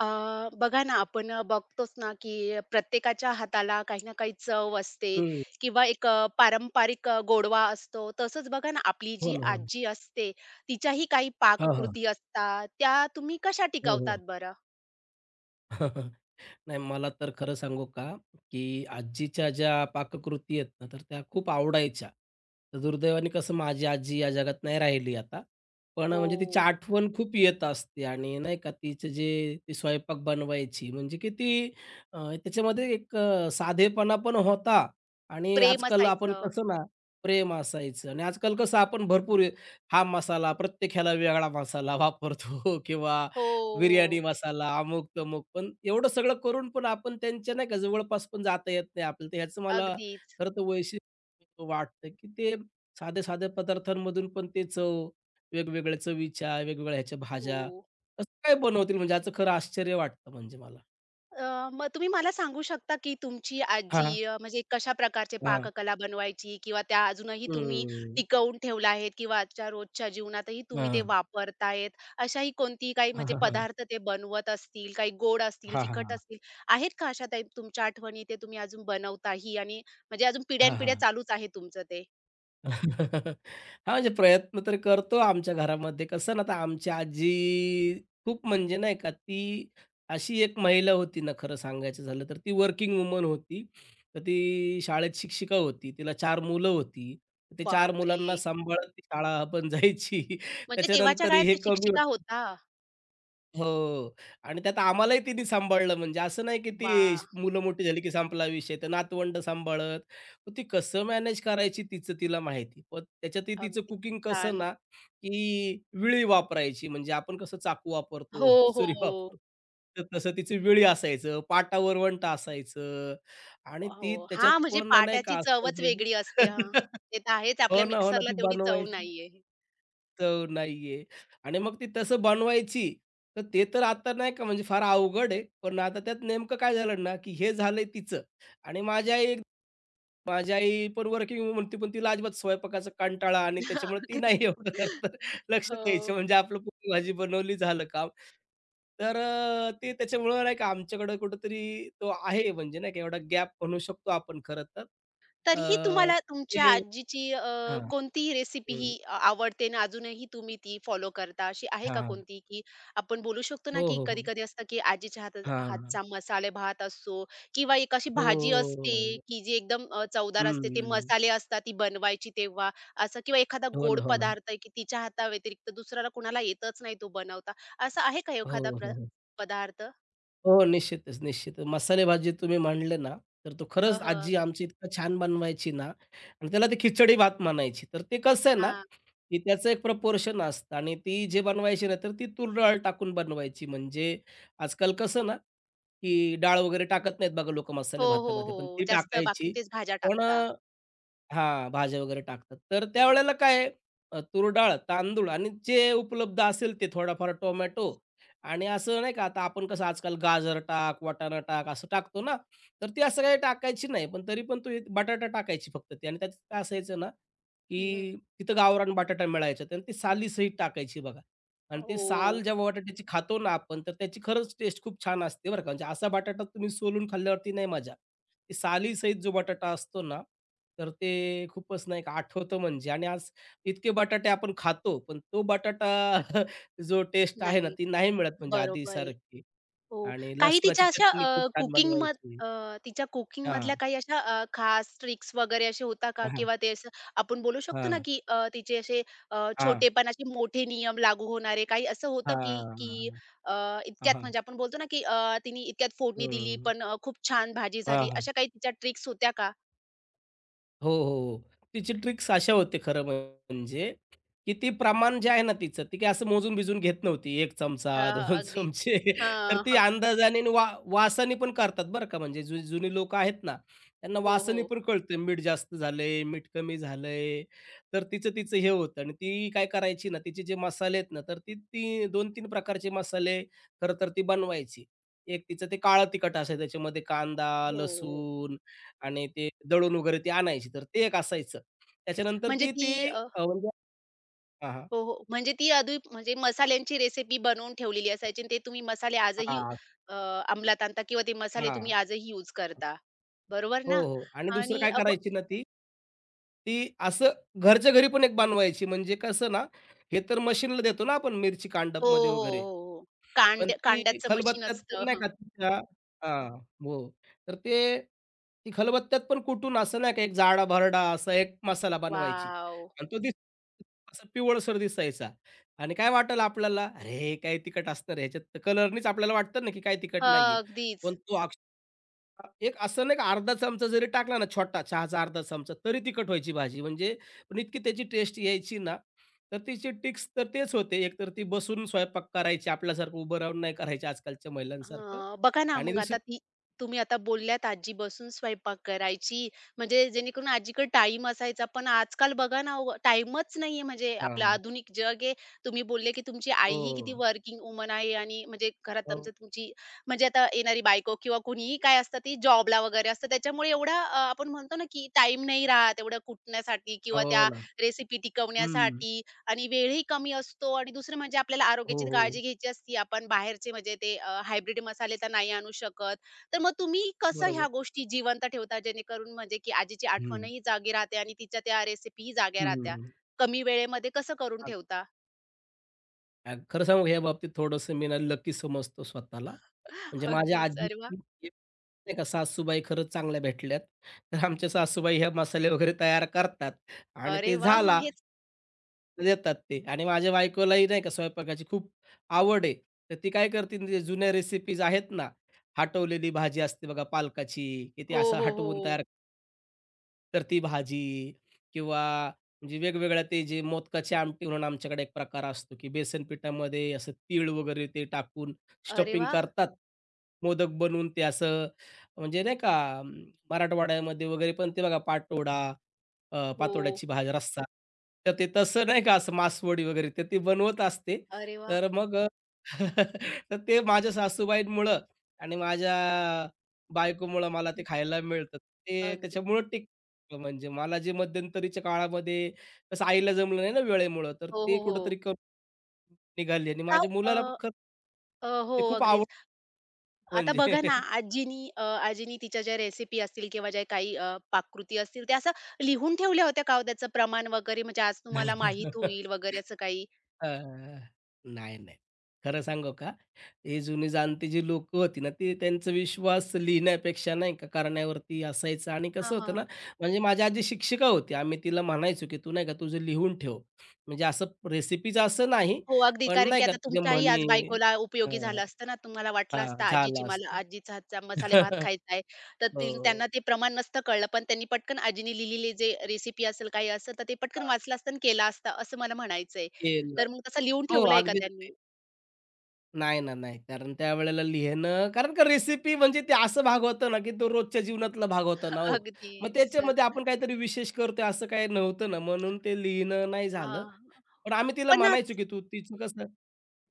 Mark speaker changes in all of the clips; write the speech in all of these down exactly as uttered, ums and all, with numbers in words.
Speaker 1: अ, बघा ना, आपण बघतोच ना, की प्रत्येकाच्या हाताला काही ना काही चव असते
Speaker 2: हं.
Speaker 1: किंवा एक अ, पारंपरिक अ, गोडवा असतो. तसंच बघा ना, आपली
Speaker 2: हो
Speaker 1: जी
Speaker 2: ना, हो ना.
Speaker 1: आजी असते, तिच्याही काही
Speaker 2: हां, हां.
Speaker 1: पाककृती असतात. त्या तुम्ही कशा
Speaker 2: हो,
Speaker 1: टिकवतात
Speaker 2: हो.
Speaker 1: बरं?
Speaker 2: नाही, मला तर खरं सांगू का, की आजीच्या ज्या पाककृती आहेत ना, तर त्या खूप आवडायच्या. तर दुर्दैवाने कसं, माझी आजी या जगात नाही राहिली आता. पण म्हणजे तिची
Speaker 1: हो.
Speaker 2: आठवण खूप येत असते आणि नाही का तिचं जे ती स्वयंपाक बनवायची म्हणजे किती अ, त्याच्यामध्ये एक अ, साधेपणा पण होता आणि
Speaker 1: प्रेम
Speaker 2: आजकाल आपण
Speaker 1: असायचं.
Speaker 2: कसं ना, प्रेम असायचं आणि आजकाल कसं आपण भरपूर हे- हा मसाला, प्रत्येक ह्याला वेगळा मसाला वापरतो किंवा
Speaker 1: हो,
Speaker 2: बिर्याणी
Speaker 1: हो.
Speaker 2: मसाला, अमुक-तमुक. पण एवढं सगळं करून पण आपण त्यांच्या नाही का जवळपास पण जाता येत नाही आपल्याला. तर ह्याचं मला
Speaker 1: अगदीच.
Speaker 2: खरं तर वैशिष्ट्य वाटतं, की ते साध्या-साध्या पदार्थांमधून पण ते चव, वेगवेगळ्या चवीच्या, वेगवेगळ्या ह्याच्या
Speaker 1: हो.
Speaker 2: भाज्या कसं काय बनवतील म्हणजे याचं खरं आश्चर्य वाटतं म्हणजे मला.
Speaker 1: अ, मग तुम्ही मला सांगू शकता, की तुमची आजी
Speaker 2: हां,
Speaker 1: अ, म्हणजे कशा प्रकारचे
Speaker 2: हां.
Speaker 1: पाककला बनवायची किंवा त्या अजूनही तुम्ही
Speaker 2: हं.
Speaker 1: टिकवून ठेवल्या आहेत किंवा आजच्या रोजच्या जीवनातही तुम्ही ते
Speaker 2: हां.
Speaker 1: वापरतायत. अशाही कोणती काही
Speaker 2: हां,
Speaker 1: म्हणजे
Speaker 2: हां, हां.
Speaker 1: पदार्थ ते बनवत असतील, काही गोड असतील,
Speaker 2: हां, हां,
Speaker 1: तिखट असतील, आहेत का अशा टाईप तुमच्या आठवणी ते तुम्ही अजून बनवताही आणि म्हणजे अजून पिढ्यानपिढ्या
Speaker 2: हां.
Speaker 1: चालूच आहे तुमचं ते?
Speaker 2: हां, म्हणजे प्रयत्न तर करतो आमच्या घरामध्ये. कसं ना, आता आमची आजी खूप म्हणजे नाही का, ती अशी एक महिला होती ना, खरं सांगायचं झालं तर. ती वर्किंग वुमन होती. तर ती शाळेत शिक्षिका होती. तिला चार मुलं होती. ते चार
Speaker 1: बापरे!
Speaker 2: मुलांना सांभाळत ती शाळा पण जायची.
Speaker 1: म्हणजे तेव्हाच्या
Speaker 2: त्याच्यानंतर
Speaker 1: काळात
Speaker 2: हे
Speaker 1: त्या
Speaker 2: कमी
Speaker 1: शिक्षिका
Speaker 2: होतं.
Speaker 1: होता?
Speaker 2: हो. आणि त्यात आम्हालाही तिने सांभाळलं, म्हणजे असं नाही की ती
Speaker 1: वाह!
Speaker 2: श- मुलं मोठी झाली की संपला विषय. तर नातवंड सांभाळत. मग ती कसं मॅनेज करायची तिचं तिला माहिती. पण त्याच्यातही तिचं
Speaker 1: अगदी
Speaker 2: कुकिंग कसं
Speaker 1: छान.
Speaker 2: ना, की विळी वापरायची म्हणजे आपण कसं चाकू
Speaker 1: हो,
Speaker 2: वापरतो,
Speaker 1: हो.
Speaker 2: सुरी
Speaker 1: हो.
Speaker 2: वापरतो. तर तसं तिचं विळी असायचं, पाटावर वंट असायचं आणि ती
Speaker 1: हो.
Speaker 2: त्याच्यात
Speaker 1: हां, म्हणजे
Speaker 2: पण नाही
Speaker 1: पाट्याची
Speaker 2: का
Speaker 1: चवच
Speaker 2: असायचे.
Speaker 1: वेगळी असते. हां. ते तर आहेच. आपल्या
Speaker 2: हो ना, हो ना.
Speaker 1: मिक्सरला
Speaker 2: ती
Speaker 1: तेवढी चव
Speaker 2: बनवायची.
Speaker 1: नाहीये.
Speaker 2: चव नाहीये आणि मग ती तसं बनवायची. तर ते तर आता नाही का म्हणजे फार अवघड आहे. पण आता त्यात नेमकं काय झालं ना, की हे झालंय तिचं आणि माझी आई, माझी आई पण वर्किंग वुमन होती, पण तिला अजिबात स्वयंपाकाचा कंटाळा आणि त्याच्यामुळे ती
Speaker 1: अगदी.
Speaker 2: नाही एवढं खरं तर लक्ष द्यायची.
Speaker 1: हो.
Speaker 2: म्हणजे आपलं पोळी भाजी बनवली, झालं काम. तर अ, ते त्याच्यामुळं नाही का आमच्याकडं कुठेतरी तो आहे म्हणजे नाही का एवढा गॅप म्हणू शकतो आपण खरं तर.
Speaker 1: तरीही
Speaker 2: अ,
Speaker 1: तुम्हाला तुमच्या
Speaker 2: ते
Speaker 1: आजीची अ,
Speaker 2: हां.
Speaker 1: कोणतीही रेसिपी
Speaker 2: हं.
Speaker 1: ही अ, आवडते आणि अजूनही तुम्ही ती फॉलो करता, अशी आहे का
Speaker 2: हां,
Speaker 1: कोणती, की आपण बोलू शकतो ना,
Speaker 2: हो,
Speaker 1: की
Speaker 2: हो, हो.
Speaker 1: कधी-कधी असतं, की आजीच्या हाता
Speaker 2: हां.
Speaker 1: हातचा मसालेभात असतो किंवा एक अशी
Speaker 2: हो,
Speaker 1: भाजी असते,
Speaker 2: हो.
Speaker 1: की जी एकदम अ, चवदार असते. ते मसाले असतात ती बनवायची तेव्हा असं किंवा एखादा
Speaker 2: हो
Speaker 1: गोड
Speaker 2: ना, हो ना.
Speaker 1: पदार्थ आहे, की तिच्या हाताव्यतिरिक्त दुसऱ्याला कोणाला येतच नाही तो बनवता. असा आहे का
Speaker 2: हो,
Speaker 1: एखादा प्र
Speaker 2: हो, हो.
Speaker 1: पदार्थ?
Speaker 2: हो, निश्चितच, निश्चितच. मसाले भात जे तुम्ही मांडले ना, तर तो
Speaker 1: हं,
Speaker 2: खरंच
Speaker 1: हं.
Speaker 2: आजी आमची इतका छान बनवायची ना, आणि त्याला ती खिचडी भात म्हणायची. तर ते कसं आहे ना,
Speaker 1: हां.
Speaker 2: की त्याचं एक प्रपोर्शन असतं आणि ती जे बनवायची ना, तर ती तूर डाळ टाकून बनवायची. म्हणजे आजकाल कसं ना, की डाळ वगैरे टाकत नाहीत बघा लोकं
Speaker 1: हो,
Speaker 2: मसाले
Speaker 1: हो, हो.
Speaker 2: भातामध्ये, पण ती
Speaker 1: जास्त
Speaker 2: टाकायची.
Speaker 1: बाकीचेच भाज्या
Speaker 2: पण
Speaker 1: टाकता.
Speaker 2: हां, भाज्या वगैरे टाकतात. तर
Speaker 1: हं.
Speaker 2: त्यावेळेला काय आहे, अ, तूर डाळ, तांदूळ आणि जे उपलब्ध असेल ते थोडाफार टोमॅटो. आणि असं नाही का आता आपण कसं आजकाल गाजर टाक, वाटाणा टाक असं टाकतो ना, तर ती असं काही टाकायची नाही. पण तरी पण तू एक बटाटा टाकायची फक्त ती आणि त्यात काय असायचं ना,
Speaker 1: हं.
Speaker 2: की तिथं गावरान बटाटा मिळायचा आणि ती सालीसहित टाकायची बघा. आणि ती साल
Speaker 1: हो.
Speaker 2: जेव्हा बटाट्याची खातो ना आपण, तर त्याची खरंच टेस्ट खूप छान असते बरं का. म्हणजे असा बटाटा तुम्ही सोलून खाल्ल्यावरती नाही मजा. ते सालीसहित जो बटाटा असतो ना, तर ते खूपच नाही का आठवतं म्हणजे. आणि आज इतके बटाटे आपण खातो, पण तो बटाटा जो टेस्ट आहे ना,
Speaker 1: नाही,
Speaker 2: ती नाही मिळत म्हणजे
Speaker 1: बरोबर आहे.
Speaker 2: आधीसारखी.
Speaker 1: हो.
Speaker 2: आणि
Speaker 1: काही
Speaker 2: लसणाची
Speaker 1: तिच्या अशा
Speaker 2: चटणी
Speaker 1: अ,
Speaker 2: खूप छान
Speaker 1: कुकिंग मध
Speaker 2: बनवायची.
Speaker 1: अ, तिच्या कुकिंगमधल्या
Speaker 2: हां,
Speaker 1: काही अशा अ, खास ट्रिक्स वगैरे असे होता का?
Speaker 2: हां, हां,
Speaker 1: किंवा ते असं आपण बोलू शकतो
Speaker 2: हां,
Speaker 1: ना, की अ, तिचे असे अ,
Speaker 2: हां,
Speaker 1: छोटेपणाचे मोठे नियम लागू होणारे काही असं होतं की की
Speaker 2: हां,
Speaker 1: अ, इतक्यात
Speaker 2: हां,
Speaker 1: म्हणजे आपण बोलतो ना, की अ, तिने इतक्यात फोडणी दिली,
Speaker 2: हं.
Speaker 1: पण अ, खूप छान भाजी झाली.
Speaker 2: हां,
Speaker 1: अशा काही तिच्या ट्रिक्स होत्या का?
Speaker 2: हो, हो, हो. तिची ट्रिक्स अशा होते खरं म्हणजे, की ती प्रमाण जे आहे ना तिचं, ती काही असं मोजून-बिजून घेत नव्हती. एक चमचा,
Speaker 1: हां, हां.
Speaker 2: दोन
Speaker 1: अगदीच.
Speaker 2: चमचे. तर
Speaker 1: हां.
Speaker 2: ती अंदाजाने आणि वा वासाने पण करतात बरं का. म्हणजे जु जुनी लोकं आहेत ना, त्यांना
Speaker 1: हो, हो.
Speaker 2: वासाने पण कळतं मीठ जास्त झालंय, मीठ कमी झालंय. तर तिचं तिचं हे होतं आणि ती काय करायची ना, तिचे जे मसाले आहेत ना, तर ती ती दोन-तीन प्रकारचे मसाले खरं तर ती बनवायची. एक तिचं ते काळं तिखट असायचं, त्याच्यामध्ये कांदा,
Speaker 1: हो, हो.
Speaker 2: लसूण आणि ते दळून वगैरे ते आणायची. तर ते एक असायचं. त्याच्यानंतर
Speaker 1: म्हणजे
Speaker 2: ती
Speaker 1: ती
Speaker 2: ती अ, म्हणजे हां, हां.
Speaker 1: हो, हो. म्हणजे ती आधी म्हणजे मसाल्यांची रेसिपी बनवून ठेवलेली असायची आणि ते तुम्ही मसाले आजही अ, अंमलात आणता किंवा ते
Speaker 2: हां,
Speaker 1: मसाले तुम्ही
Speaker 2: हां.
Speaker 1: आजही यूज करता. बरोबर
Speaker 2: हो,
Speaker 1: ना?
Speaker 2: हो. आणि दुसरं
Speaker 1: आणि
Speaker 2: काय
Speaker 1: अब
Speaker 2: करायची ना ती, ती असं घरच्या घरी पण एक बनवायची. म्हणजे कसं ना, हे तर मशीनला देतो ना आपण मिरची
Speaker 1: हो, हो,
Speaker 2: कांडपमध्ये वगैरे.
Speaker 1: हो, हो.
Speaker 2: पण
Speaker 1: कांड
Speaker 2: ती
Speaker 1: कांड्याचं मशीन
Speaker 2: खलबत्त्यात पण
Speaker 1: असतं.
Speaker 2: नाही
Speaker 1: हं.
Speaker 2: का तिच्या. हां, हो. तर ते ती खलबत्त्यात पण कुटून असं नाही का एक जाडा-भरडा असा एक मसाला बनवायची
Speaker 1: वॉव!
Speaker 2: आणि तो दिस असं पिवळसर दिसायचा आणि काय वाटेल आपल्याला, "अरे, काय तिखट असणार आहे ह्याच्यात?" तर कलरनीच आपल्याला वाटतं ना, की काय तिखट
Speaker 1: हां,
Speaker 2: नाहीये.
Speaker 1: अगदीच.
Speaker 2: पण तो अ, एक असं नाही का अर्धा चमचा जरी टाकला ना, छोटा चहाचा अर्धा चमचा, तरी तिखट व्हायची भाजी. म्हणजे पण इतकी त्याची टेस्ट यायची ना, तर तिचे ट्रिक्स तर तेच होते. एकतर ती बसून स्वयंपाक करायची, आपल्यासारखं उभं राहून नाही करायची आजकालच्या महिलांसारखं.
Speaker 1: हां, बघा ना
Speaker 2: आणि
Speaker 1: मग आता
Speaker 2: दुसरी
Speaker 1: ती तुम्ही आता बोलल्यात आजी बसून स्वयंपाक करायची, म्हणजे जेणेकरून आजीकडे टाईम असायचा. पण आजकाल बघा ना हो, टाईमच नाहीये म्हणजे आपलं
Speaker 2: हां.
Speaker 1: आधुनिक जग आहे. तुम्ही बोलले, की तुमची आई ही किती
Speaker 2: हो.
Speaker 1: वर्किंग वुमन आहे आणि म्हणजे घरात
Speaker 2: हो.
Speaker 1: तुमचं तुमची म्हणजे आता येणारी बायको किंवा कुणीही काय असतं ती जॉबला वगैरे असतं. त्याच्यामुळे एवढा अ, आपण म्हणतो ना, की टाईम नाही राहत एवढं कुटण्यासाठी किंवा
Speaker 2: हो
Speaker 1: त्या
Speaker 2: ना.
Speaker 1: रेसिपी
Speaker 2: हं.
Speaker 1: टिकवण्यासाठी. आणि वेळही कमी असतो आणि दुसरं म्हणजे आपल्याला
Speaker 2: हो,
Speaker 1: आरोग्याची
Speaker 2: हो.
Speaker 1: काळजी
Speaker 2: हो.
Speaker 1: घ्यायची असती. आपण बाहेरचे म्हणजे ते अ, हायब्रिड मसाले तर नाही आणू शकत. तर मग तुम्ही कसं ह्या
Speaker 2: बरोबर.
Speaker 1: गोष्टी जिवंत ठेवता जेणेकरून म्हणजे की आजीची
Speaker 2: हं.
Speaker 1: आठवणही जागी राहते आणि तिच्या त्या रेसिपीही जाग्या राहत्या.
Speaker 2: हं,
Speaker 1: कमी वेळेमध्ये कसं करून ठेवता?
Speaker 2: अ, खरं सांगू का, या बाबतीत थोडंसं मी ना लकी समजतो स्वतःला. म्हणजे माझ्या
Speaker 1: अगदीच. अरे वाह!
Speaker 2: आजीची एक नाही का सासूबाई खरंच चांगल्या भेटल्यात. तर आमच्या सासूबाई ह्या मसाले वगैरे तयार करतात आणि
Speaker 1: अरे
Speaker 2: ते
Speaker 1: वाह! मग
Speaker 2: झाला
Speaker 1: हेच
Speaker 2: देतात ते आणि माझ्या बायकोलाही नाही का स्वयंपाकाची खूप आवड आहे. तर ती काय करते, ते जुन्या रेसिपीज आहेत ना, हटवलेली भाजी असते बघा पालकाची, की ती
Speaker 1: हो,
Speaker 2: असं
Speaker 1: हो, हो.
Speaker 2: हटवून तयार, तर ती भाजी किंवा म्हणजे वेगवेगळ्या ते जे मोदकाची आमटी म्हणून आमच्याकडे एक प्रकार असतो, की बेसन पिठामध्ये असं तीळ वगैरे ते टाकून
Speaker 1: अरे
Speaker 2: स्टफिंग
Speaker 1: वाह!
Speaker 2: करतात. मोदक बनवून ते असं म्हणजे नाही का अं, मराठवाड्यामध्ये वगैरे पण ते बघा पाटोडा, अ,
Speaker 1: हो.
Speaker 2: पातोड्याची भाजी, रस्सा. तर ते तसं नाही का असं मासवडी वगैरे तर ती बनवत असते.
Speaker 1: अरे वाह!
Speaker 2: तर मग अ, तर ते माझ्या सासूबाईंमुळं आणि माझ्या बायकोमुळं मला ते खायला मिळतं. ते
Speaker 1: अगदी.
Speaker 2: त्याच्यामुळं टिकतं. म्हणजे मला जे मध्यंतरीच्या काळामध्ये कसं आईला जमलं नाही ना वेळेमुळं, तर
Speaker 1: हो,
Speaker 2: ते
Speaker 1: हो, हो.
Speaker 2: कुठेतरी करून निघाली आणि
Speaker 1: का
Speaker 2: माझ्या
Speaker 1: अ,
Speaker 2: मुलाला पण खरं
Speaker 1: अ, हो
Speaker 2: ते खूप
Speaker 1: अगदीच.
Speaker 2: आवडतं
Speaker 1: आता बघा ना,
Speaker 2: म्हणजे.
Speaker 1: आजीनी अ, आजीनी तिच्या ज्या रेसिपी असतील किंवा ज्या काही अ, पाककृती असतील, त्या असं लिहून ठेवल्या होत्या का हो त्याचं प्रमाण वगैरे? म्हणजे आज तुम्हाला माहीत होईल वगैरे असं काही?
Speaker 2: अ, नाही, नाही. खरं सांगू का? हे जुनी जाणती जी लोकं होती ना, ती त्यांचा विश्वास लिहिण्यापेक्षा नाही का करण्यावरती असायचं. आणि
Speaker 1: हां,
Speaker 2: कसं
Speaker 1: हां,
Speaker 2: होतं
Speaker 1: हां.
Speaker 2: ना, म्हणजे माझी आजी शिक्षिका होती. आम्ही तिला म्हणायचो, की "तू नाही का तुझं लिहून ठेव." म्हणजे असं रेसिपीचं असं नाही,
Speaker 1: हो, अगदी.
Speaker 2: पण
Speaker 1: कारण
Speaker 2: नाही
Speaker 1: की
Speaker 2: का
Speaker 1: आता
Speaker 2: तुझ्या
Speaker 1: तुमच्याही आज
Speaker 2: म्हणी.
Speaker 1: बायकोला उपयोगी
Speaker 2: हां,
Speaker 1: झालं असतं ना. तुम्हाला वाटलं असतं
Speaker 2: हां,
Speaker 1: आजीची
Speaker 2: झालं
Speaker 1: मला
Speaker 2: असतं.
Speaker 1: आजीचा हातचा मसाले भात खायचा आहे. तर ती
Speaker 2: हो.
Speaker 1: त्यांना ते प्रमाण नसतं कळलं, पण त्यांनी पटकन आजीनी लिहिलेली जे रेसिपी असेल, काही असेल, तर ते
Speaker 2: हां,
Speaker 1: पटकन वाचलं असतं आणि केलं असतं, असं मला म्हणायचंय.
Speaker 2: केलं.
Speaker 1: तर मग तसं लिहून
Speaker 2: हो,
Speaker 1: ठेवलंय का
Speaker 2: अगदी
Speaker 1: त्यांनी?
Speaker 2: नक्की. नाही ना, नाही. कारण त्यावेळेला लिहिणं, कारण का रेसिपी म्हणजे ते असं भाग होतं ना, की तो रोजच्या जीवनातला भाग होता ना हो. मग
Speaker 1: अगदीच.
Speaker 2: त्याच्यामध्ये आपण काहीतरी विशेष करतोय असं काही नव्हतं ना, म्हणून ते लिहिणं नाही
Speaker 1: हां.
Speaker 2: झालं. पण आम्ही तिला
Speaker 1: पण
Speaker 2: म्हणायचो, की तू तिचं कसं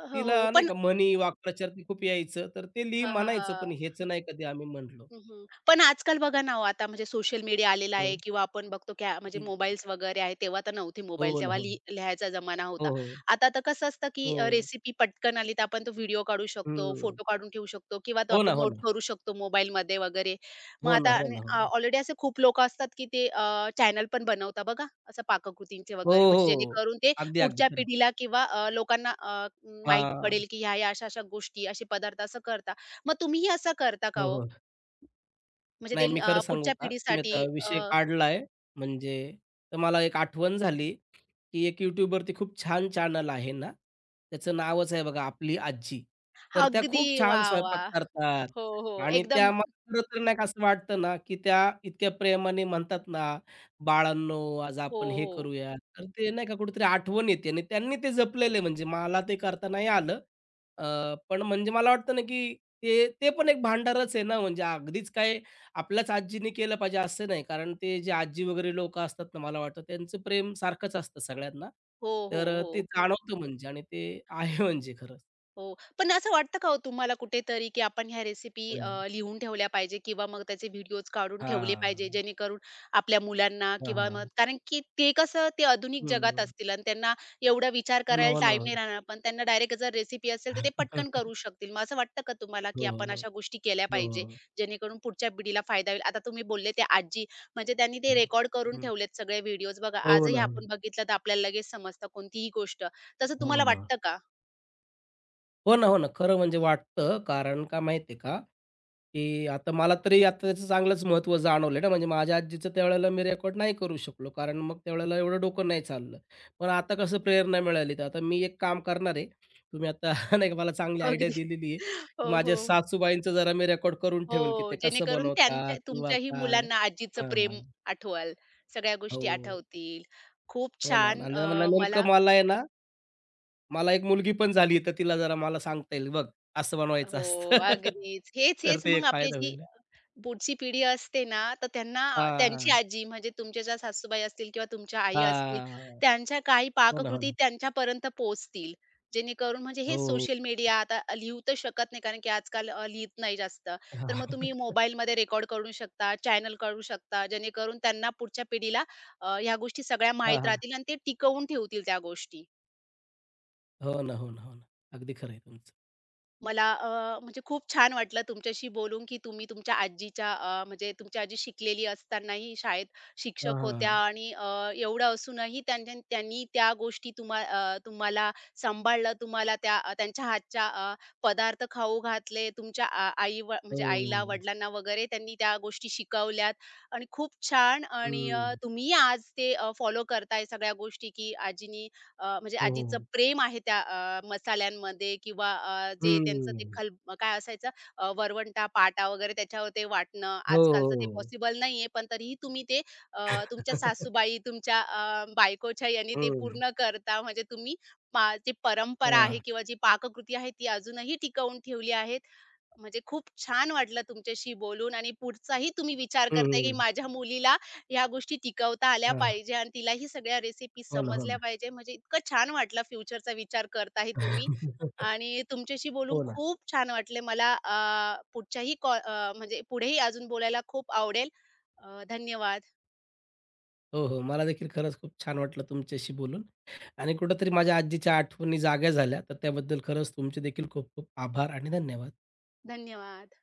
Speaker 1: हो, हो.
Speaker 2: तिला नाही
Speaker 1: पण
Speaker 2: का म्हणी, वाक्प्रचार ते खूप यायचं, तर ते लिही
Speaker 1: हां, हां,
Speaker 2: म्हणायचो, पण ह्याचं
Speaker 1: हां.
Speaker 2: नाही कधी आम्ही म्हटलो.
Speaker 1: हं, हं. पण आजकाल बघा ना हो, आता म्हणजे सोशल मीडिया आलेला आहे
Speaker 2: हं,
Speaker 1: किंवा आपण बघतो की आ- म्हणजे
Speaker 2: हं.
Speaker 1: मोबाईल्स वगैरे आहे. तेव्हा तर नव्हते मोबाईल.
Speaker 2: हो ना,
Speaker 1: तेव्हा
Speaker 2: हो ना.
Speaker 1: लिह लिहायचा जमाना
Speaker 2: हो,
Speaker 1: होता.
Speaker 2: हो.
Speaker 1: आता तर कसं असतं की
Speaker 2: हो.
Speaker 1: रेसिपी पटकन आली तर आपण तो व्हिडिओ काढू शकतो,
Speaker 2: हं.
Speaker 1: फोटो काढून ठेवू शकतो किंवा तो
Speaker 2: हो ना,
Speaker 1: आपण
Speaker 2: हो
Speaker 1: नोट
Speaker 2: ना.
Speaker 1: करू शकतो मोबाईलमध्ये वगैरे. मग
Speaker 2: हो ना,
Speaker 1: आता
Speaker 2: हो ना, हो ना.
Speaker 1: ऑलरेडी असे खूप लोकं असतात की ते चॅनल पण बनवतात बघा, असं पाककृतींचे
Speaker 2: हो,
Speaker 1: वगैरे. म्हणजे
Speaker 2: हो.
Speaker 1: जेणेकरून ते
Speaker 2: अगदी,
Speaker 1: पुढच्या
Speaker 2: अगदी.
Speaker 1: पिढीला किंवा अ, लोकांना अ, माहीत
Speaker 2: हां.
Speaker 1: पडेल की ह्या-ह्या, अशा-अशा गोष्टी, असे पदार्थ असं करतात. मग तुम्हीही असं करता का
Speaker 2: हो,
Speaker 1: हो?
Speaker 2: हो.
Speaker 1: म्हणजे
Speaker 2: नाही,
Speaker 1: ते
Speaker 2: मी
Speaker 1: अ,
Speaker 2: खरं सांगू
Speaker 1: पुढच्या
Speaker 2: का? मी
Speaker 1: पिढीसाठी
Speaker 2: आता
Speaker 1: अ,
Speaker 2: विषय काढलाय म्हणजे, तर मला एक आठवण झाली, की एक YouTubeवरती खूप छान चॅनल आहे ना, त्याचं नावच आहे बघा, आपली आजी. तर त्या
Speaker 1: अगदी
Speaker 2: खूप छान
Speaker 1: वाह,
Speaker 2: स्वयंपाक
Speaker 1: वाह!
Speaker 2: करतात
Speaker 1: हो, हो.
Speaker 2: आणि
Speaker 1: एकदम
Speaker 2: त्या मला खरं तर नाही का असं वाटतं ना, की त्या इतक्या प्रेमाने म्हणतात ना, "बाळांनो, आज
Speaker 1: हो,
Speaker 2: आपण हे
Speaker 1: हो.
Speaker 2: करूया." तर ते नाही का कुठेतरी आठवण येते आणि त्यांनी ते जपलेलं म्हणजे मला ते करता नाही आलं. अ, पण म्हणजे मला वाटतं ना, की ते ते पण एक भांडारच आहे ना, म्हणजे अगदीच काय आपल्याच आजीने केलं पाहिजे असं नाही, कारण ते जे आजी वगैरे लोकं असतात ना, मला वाटतं त्यांचं प्रेम सारखंच असतं सगळ्यांना.
Speaker 1: हो, हो,
Speaker 2: तर अ,
Speaker 1: हो.
Speaker 2: ते जाणवतं म्हणजे आणि ते आहे म्हणजे खरंच.
Speaker 1: हो. पण असं वाटतं का हो तुम्हाला कुठेतरी, की आपण ह्या रेसिपी
Speaker 2: हं.
Speaker 1: लिहून ठेवल्या पाहिजे किंवा मग त्याचे व्हिडिओज काढून ठेवले
Speaker 2: हां,
Speaker 1: पाहिजे, जेणेकरून आपल्या मुलांना
Speaker 2: हां,
Speaker 1: किंवा मग
Speaker 2: हां.
Speaker 1: कारण की ते कसं ते आधुनिक जगात
Speaker 2: हं.
Speaker 1: असतील आणि त्यांना एवढा विचार
Speaker 2: हो ना,
Speaker 1: करायला
Speaker 2: हो ना,
Speaker 1: टाईम
Speaker 2: हो
Speaker 1: नाही
Speaker 2: ना.
Speaker 1: राहणार. पण त्यांना डायरेक्ट जर रेसिपी असेल, तर ते पटकन करू शकतील. मग असं वाटतं का तुम्हाला,
Speaker 2: हो,
Speaker 1: की
Speaker 2: हो,
Speaker 1: आपण अशा गोष्टी केल्या
Speaker 2: हो, हो,
Speaker 1: पाहिजे,
Speaker 2: हो.
Speaker 1: जेणेकरून पुढच्या पिढीला फायदा होईल? आता तुम्ही बोलले ते आजी, म्हणजे त्यांनी ते रेकॉर्ड करून
Speaker 2: हं.
Speaker 1: ठेवलेत सगळे व्हिडिओज. बघा
Speaker 2: हो
Speaker 1: आजही
Speaker 2: ना, हो
Speaker 1: आपण
Speaker 2: ना,
Speaker 1: बघितलं, तर आपल्याला लगेच समजतं कोणतीही गोष्ट. तसं
Speaker 2: हो
Speaker 1: तुम्हाला
Speaker 2: ना.
Speaker 1: वाटतं का?
Speaker 2: हो ना, हो ना. खरं म्हणजे वाटतं, कारण का माहिती का, की आता मला तरी आता त्याचं चांगलंच महत्त्व जाणवलं ना, म्हणजे माझ्या आजीचं त्यावेळेला मी रेकॉर्ड नाही करू शकलो, कारण मग त्यावेळेला एवढं डोकं नाही चाललं. पण आता कसं प्रेरणा मिळाली, तर आता मी एक काम करणार आहे. तुम्ही आता नाही का मला चांगली आयडिया
Speaker 1: अगदी.
Speaker 2: दिलेली आहे, की
Speaker 1: हो,
Speaker 2: माझ्या
Speaker 1: हो.
Speaker 2: सासूबाईंचं जरा मी रेकॉर्ड करून ठेवेल, की
Speaker 1: हो,
Speaker 2: ते कसं
Speaker 1: जेणेकरून त्यांच्या
Speaker 2: बनवतात किंवा
Speaker 1: तुमच्याही
Speaker 2: काय?
Speaker 1: मुलांना आजीचं
Speaker 2: हां.
Speaker 1: प्रेम आठवाल, सगळ्या
Speaker 2: हो.
Speaker 1: गोष्टी आठवतील. खूप
Speaker 2: हो ना, हो ना.
Speaker 1: छान
Speaker 2: आणि मला
Speaker 1: अ, मला
Speaker 2: नेमकं मला आहे ना, मला एक मुलगी पण झाली, तर तिला जरा मला सांगता येईल, "बघ, असं बनवायचं
Speaker 1: हो,
Speaker 2: असतं."
Speaker 1: अगदीच.
Speaker 2: तर
Speaker 1: हेच-हेच
Speaker 2: ते
Speaker 1: मग
Speaker 2: एक
Speaker 1: आपली
Speaker 2: फायदा
Speaker 1: जी
Speaker 2: होईल.
Speaker 1: पुढची पिढी असते ना, तर त्यांना अ, त्यांची
Speaker 2: हां.
Speaker 1: आजी म्हणजे तुमच्या ज्या सासूबाई असतील किंवा तुमच्या आई असतील,
Speaker 2: हां.
Speaker 1: त्यांच्या काही
Speaker 2: हो ना, हो
Speaker 1: पाककृती
Speaker 2: ना.
Speaker 1: त्यांच्यापर्यंत पोहोचतील. जेणेकरून म्हणजे हे
Speaker 2: हो, हो.
Speaker 1: सोशल मीडिया आता लिहू तर शकत नाही कारण की आजकाल अ, लिहित नाही जास्त. तर मग तुम्ही मोबाईलमध्ये रेकॉर्ड करू शकता, चॅनल करू शकता, जेणेकरून त्यांना पुढच्या पिढीला अ, ह्या गोष्टी सगळ्या
Speaker 2: हां,
Speaker 1: माहीत
Speaker 2: हां.
Speaker 1: राहतील आणि ते टिकवून ठेवतील त्या गोष्टी.
Speaker 2: हो ना, हो ना, हो ना. अगदी खरं आहे तुमचं.
Speaker 1: मला अ, म्हणजे खूप छान वाटलं तुमच्याशी बोलून, की तुम्ही तुमच्या आजीच्या अ, म्हणजे तुमच्या आजी शिकलेली असतानाही शाळेत
Speaker 2: हां,
Speaker 1: शिक्षक होत्या
Speaker 2: हां.
Speaker 1: आणि अ, एवढं असूनही त्यांच्या त्यांनी त्या गोष्टी तुम्हा अ, तुम्हाला सांभाळलं, तुम्हाला त्या अ, त्यांच्या हातच्या अ, पदार्थ खाऊ घातले, तुमच्या आ आई व म्हणजे आईला,
Speaker 2: हो.
Speaker 1: वडिलांना वगैरे त्यांनी त्या गोष्टी शिकवल्यात आणि खूप छान आणि अ,
Speaker 2: हं.
Speaker 1: तुम्हीही आज ते फॉलो करताय सगळ्या गोष्टी, की आजीनी अ, म्हणजे
Speaker 2: हो,
Speaker 1: आजीचं
Speaker 2: हो.
Speaker 1: प्रेम आहे त्या अ, मसाल्यांमध्ये किंवा अ, जे त्यांचं ते खल काय असायचं अ, वरवंटा, पाटा वगैरे त्याच्यावर ते वाटणं आजकालचं ते
Speaker 2: हो,
Speaker 1: पॉसिबल नाहीये. पण तरीही तुम्ही ते अ, तुमच्या सासूबाई, तुमच्या अ, बायकोच्या याने ते
Speaker 2: हो.
Speaker 1: पूर्ण करता. म्हणजे तुम्ही पा जी परंपरा आहे
Speaker 2: हां.
Speaker 1: किंवा जी पाककृती आहे ती अजूनही टिकवून ठेवली आहे. म्हणजे खूप छान वाटलं तुमच्याशी बोलून आणि पुढचाही तुम्ही विचार करताय, की
Speaker 2: हं,
Speaker 1: माझ्या मुलीला ह्या गोष्टी टिकवता आल्या
Speaker 2: हां.
Speaker 1: पाहिजे आणि तिला ही सगळ्या रेसिपी
Speaker 2: हो ना, हो
Speaker 1: समजल्या
Speaker 2: ना.
Speaker 1: पाहिजे. म्हणजे इतकं छान वाटलं फ्युचरचा विचार करताय तुम्ही आणि तुमच्याशी बोलून
Speaker 2: हो ना.
Speaker 1: खूप छान वाटले मला. अ, पुढच्याही कॉ अ, म्हणजे पुढेही अजून बोलायला खूप आवडेल. अ, धन्यवाद.
Speaker 2: हो, हो. मला देखील खरंच खूप छान वाटलं तुमच्याशी बोलून आणि कुठेतरी माझ्या आजीच्या आठवणी जाग्या झाल्या. तर त्याबद्दल खरंच तुमचे देखील खूप खूप आभार आणि धन्यवाद.
Speaker 1: धन्यवाद.